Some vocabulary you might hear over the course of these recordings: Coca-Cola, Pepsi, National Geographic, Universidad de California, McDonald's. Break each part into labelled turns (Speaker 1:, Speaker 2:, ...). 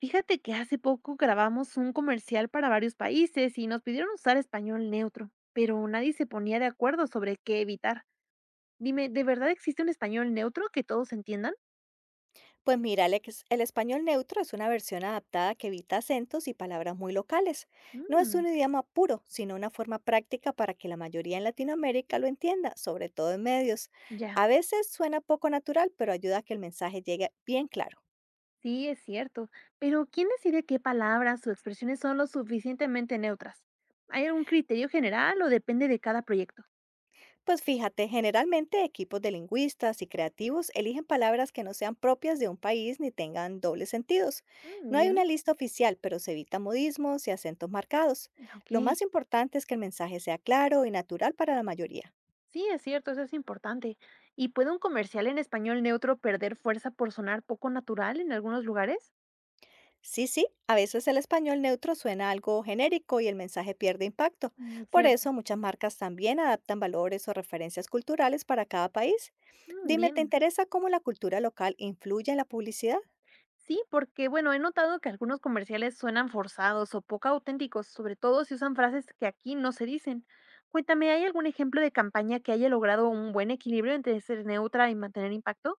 Speaker 1: Fíjate que hace poco grabamos un comercial para varios países y nos pidieron usar español neutro, pero nadie se ponía de acuerdo sobre qué evitar. Dime, ¿de verdad existe un español neutro que todos entiendan?
Speaker 2: Pues mira, el español neutro es una versión adaptada que evita acentos y palabras muy locales. No es un
Speaker 1: Mm,
Speaker 2: idioma puro, sino una forma práctica para que la mayoría en Latinoamérica lo entienda, sobre todo en medios.
Speaker 1: ya,
Speaker 2: A veces suena poco natural, pero ayuda a que el mensaje llegue bien claro.
Speaker 1: sí, es cierto, pero ¿quién decide qué palabras o expresiones son lo suficientemente neutras? ¿Hay algún criterio general o depende de cada proyecto?
Speaker 2: Pues fíjate, generalmente equipos de lingüistas y creativos eligen palabras que no sean propias de un país ni tengan dobles sentidos.
Speaker 1: Mm,
Speaker 2: No hay una
Speaker 1: bien,
Speaker 2: lista oficial, pero se evita modismos y acentos marcados.
Speaker 1: ok.
Speaker 2: Lo más importante es que el mensaje sea claro y natural para la mayoría.
Speaker 1: Sí, es cierto, eso es importante. ¿Y puede un comercial en español neutro perder fuerza por sonar poco natural en algunos lugares?
Speaker 2: Sí, sí, a veces el español neutro suena algo genérico y el mensaje pierde impacto.
Speaker 1: Mm,
Speaker 2: Por
Speaker 1: cierto.
Speaker 2: eso muchas marcas también adaptan valores o referencias culturales para cada país.
Speaker 1: Mm,
Speaker 2: Dime, ¿te
Speaker 1: bien.
Speaker 2: interesa cómo la cultura local influye en la publicidad?
Speaker 1: Sí, porque bueno, he notado que algunos comerciales suenan forzados o poco auténticos, sobre todo si usan frases que aquí no se dicen. Cuéntame, ¿hay algún ejemplo de campaña que haya logrado un buen equilibrio entre ser neutra y mantener impacto?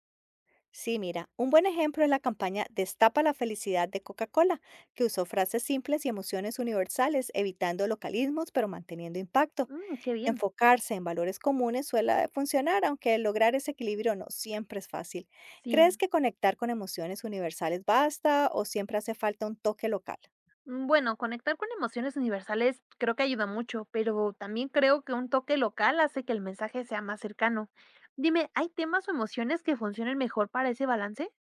Speaker 2: Sí, mira, un buen ejemplo es la campaña Destapa la felicidad de Coca-Cola, que usó frases simples y emociones universales, evitando localismos pero manteniendo impacto.
Speaker 1: Mm, qué bien.
Speaker 2: Enfocarse en valores comunes suele funcionar, aunque lograr ese equilibrio no siempre es fácil.
Speaker 1: Sí.
Speaker 2: ¿Crees que conectar con emociones universales basta o siempre hace falta un toque local?
Speaker 1: Bueno, conectar con emociones universales creo que ayuda mucho, pero también creo que un toque local hace que el mensaje sea más cercano. Dime, ¿hay temas o emociones que funcionen mejor para ese balance?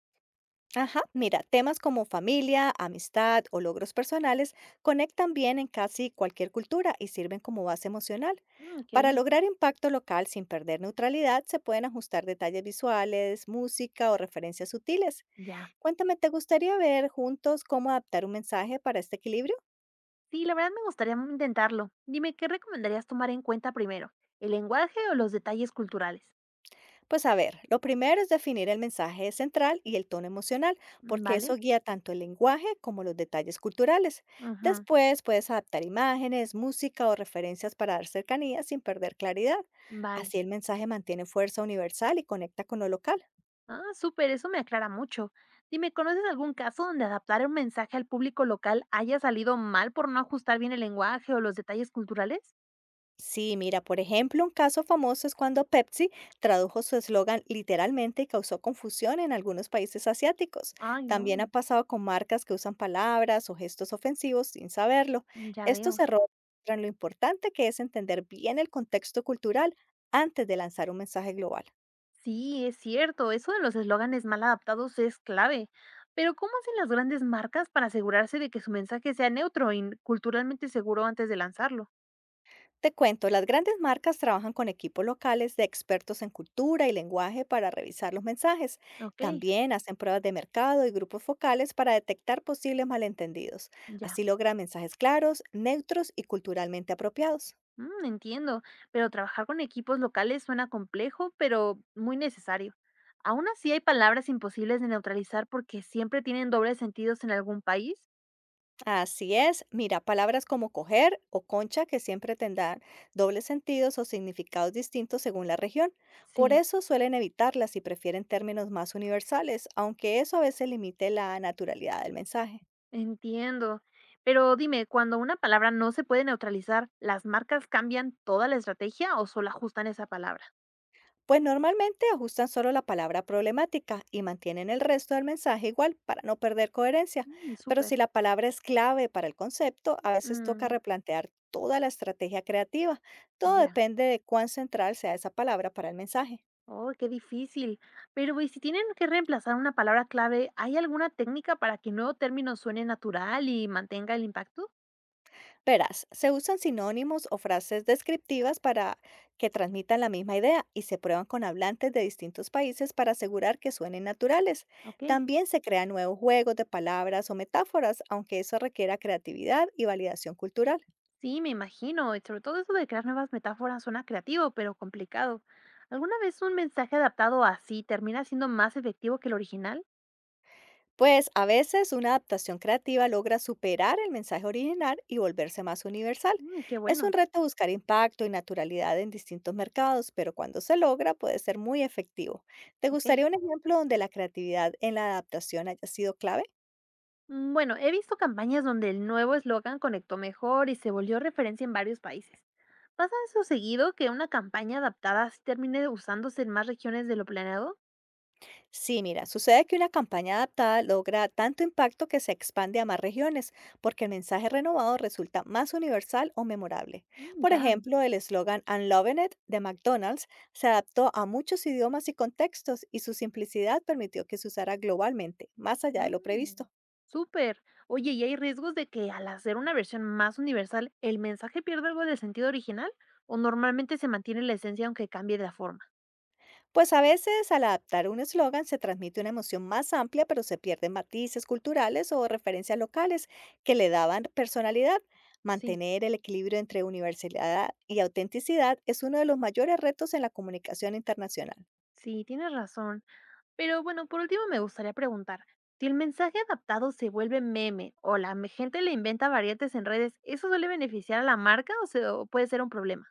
Speaker 2: Ajá, mira, temas como familia, amistad o logros personales conectan bien en casi cualquier cultura y sirven como base emocional.
Speaker 1: Mm, qué
Speaker 2: Para
Speaker 1: bien.
Speaker 2: lograr impacto local sin perder neutralidad, se pueden ajustar detalles visuales, música o referencias sutiles.
Speaker 1: Ya.
Speaker 2: Cuéntame, ¿te gustaría ver juntos cómo adaptar un mensaje para este equilibrio?
Speaker 1: Sí, la verdad me gustaría intentarlo. Dime, ¿qué recomendarías tomar en cuenta primero? ¿El lenguaje o los detalles culturales?
Speaker 2: Pues a ver, lo primero es definir el mensaje central y el tono emocional,
Speaker 1: Mm,
Speaker 2: porque eso
Speaker 1: Vale.
Speaker 2: guía tanto el lenguaje como los detalles culturales.
Speaker 1: Ajá.
Speaker 2: Después puedes adaptar imágenes, música o referencias para dar cercanía sin perder claridad.
Speaker 1: Vale.
Speaker 2: Así el mensaje mantiene fuerza universal y conecta con lo local.
Speaker 1: Ah, súper, eso me aclara mucho. Dime, ¿conoces algún caso donde adaptar un mensaje al público local haya salido mal por no ajustar bien el lenguaje o los detalles culturales?
Speaker 2: Sí, mira, por ejemplo, un caso famoso es cuando Pepsi tradujo su eslogan literalmente y causó confusión en algunos países asiáticos.
Speaker 1: Ay,
Speaker 2: También ha
Speaker 1: no,
Speaker 2: pasado con marcas que usan palabras o gestos ofensivos sin saberlo.
Speaker 1: ya
Speaker 2: Estos
Speaker 1: veo.
Speaker 2: errores muestran lo importante que es entender bien el contexto cultural antes de lanzar un mensaje global.
Speaker 1: Sí, es cierto, eso de los eslóganes mal adaptados es clave. Pero ¿cómo hacen las grandes marcas para asegurarse de que su mensaje sea neutro y culturalmente seguro antes de lanzarlo?
Speaker 2: Te cuento, las grandes marcas trabajan con equipos locales de expertos en cultura y lenguaje para revisar los mensajes.
Speaker 1: Ok,
Speaker 2: También hacen pruebas de mercado y grupos focales para detectar posibles malentendidos.
Speaker 1: ya.
Speaker 2: Así logran mensajes claros, neutros y culturalmente apropiados.
Speaker 1: Mm, entiendo, pero trabajar con equipos locales suena complejo, pero muy necesario. Aún así hay palabras imposibles de neutralizar porque siempre tienen dobles sentidos en algún país.
Speaker 2: Así es, mira, palabras como coger o concha que siempre tendrán dobles sentidos o significados distintos según la región. Por
Speaker 1: Sí,
Speaker 2: eso suelen evitarlas y prefieren términos más universales, aunque eso a veces limite la naturalidad del mensaje.
Speaker 1: entiendo. Pero dime, cuando una palabra no se puede neutralizar, ¿las marcas cambian toda la estrategia o solo ajustan esa palabra?
Speaker 2: Pues normalmente ajustan solo la palabra problemática y mantienen el resto del mensaje igual para no perder coherencia,
Speaker 1: Mm,
Speaker 2: pero
Speaker 1: súper.
Speaker 2: si la palabra es clave para el concepto, a veces toca
Speaker 1: Mm,
Speaker 2: replantear toda la estrategia creativa. Todo
Speaker 1: ya.
Speaker 2: depende de cuán central sea esa palabra para el mensaje.
Speaker 1: Oh, qué difícil. Pero, ¿y si tienen que reemplazar una palabra clave, hay alguna técnica para que el nuevo término suene natural y mantenga el impacto?
Speaker 2: Verás, se usan sinónimos o frases descriptivas para que transmitan la misma idea y se prueban con hablantes de distintos países para asegurar que suenen naturales.
Speaker 1: Ok,
Speaker 2: También se crean nuevos juegos de palabras o metáforas, aunque eso requiera creatividad y validación cultural.
Speaker 1: sí, me imagino. Y sobre todo eso de crear nuevas metáforas suena creativo, pero complicado. ¿Alguna vez un mensaje adaptado así termina siendo más efectivo que el original?
Speaker 2: Pues a veces una adaptación creativa logra superar el mensaje original y volverse más universal.
Speaker 1: Mm, qué
Speaker 2: Es un
Speaker 1: bueno.
Speaker 2: reto buscar impacto y naturalidad en distintos mercados, pero cuando se logra puede ser muy efectivo. ¿Te gustaría
Speaker 1: Ok.
Speaker 2: un ejemplo donde la creatividad en la adaptación haya sido clave?
Speaker 1: Bueno, he visto campañas donde el nuevo eslogan conectó mejor y se volvió referencia en varios países. ¿Pasa eso seguido que una campaña adaptada sí termine usándose en más regiones de lo planeado?
Speaker 2: Sí, mira, sucede que una campaña adaptada logra tanto impacto que se expande a más regiones, porque el mensaje renovado resulta más universal o memorable.
Speaker 1: Mm,
Speaker 2: Por
Speaker 1: ya.
Speaker 2: ejemplo, el eslogan "I'm loving it" de McDonald's se adaptó a muchos idiomas y contextos y su simplicidad permitió que se usara globalmente, más allá de lo
Speaker 1: Mm,
Speaker 2: previsto.
Speaker 1: súper. Oye, ¿y hay riesgos de que al hacer una versión más universal, el mensaje pierda algo del sentido original? ¿O normalmente se mantiene la esencia aunque cambie la forma?
Speaker 2: Pues a veces al adaptar un eslogan se transmite una emoción más amplia, pero se pierden matices culturales o referencias locales que le daban personalidad.
Speaker 1: Sí,
Speaker 2: Mantener el equilibrio entre universalidad y autenticidad es uno de los mayores retos en la comunicación internacional.
Speaker 1: sí, tienes razón. Pero bueno, por último me gustaría preguntar, si el mensaje adaptado se vuelve meme o gente le inventa variantes en redes, ¿eso suele beneficiar a la marca o puede ser un problema?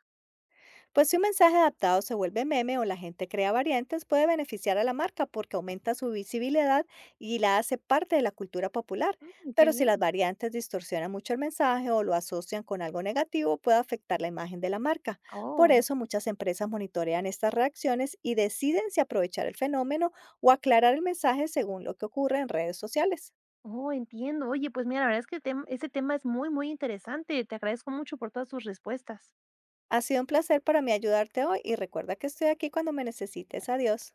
Speaker 2: Pues si un mensaje adaptado se vuelve meme o la gente crea variantes, puede beneficiar a la marca porque aumenta su visibilidad y la hace parte de la cultura popular.
Speaker 1: Mm, qué
Speaker 2: Pero si
Speaker 1: bien.
Speaker 2: las variantes distorsionan mucho el mensaje o lo asocian con algo negativo, puede afectar la imagen de la marca. Por
Speaker 1: Oh,
Speaker 2: eso muchas empresas monitorean estas reacciones y deciden si aprovechar el fenómeno o aclarar el mensaje según lo que ocurre en redes sociales.
Speaker 1: oh, entiendo. Oye, pues mira, la verdad es que ese tema es muy, muy interesante. Te agradezco mucho por todas tus respuestas.
Speaker 2: Ha sido un placer para mí ayudarte hoy y recuerda que estoy aquí cuando me necesites. Adiós.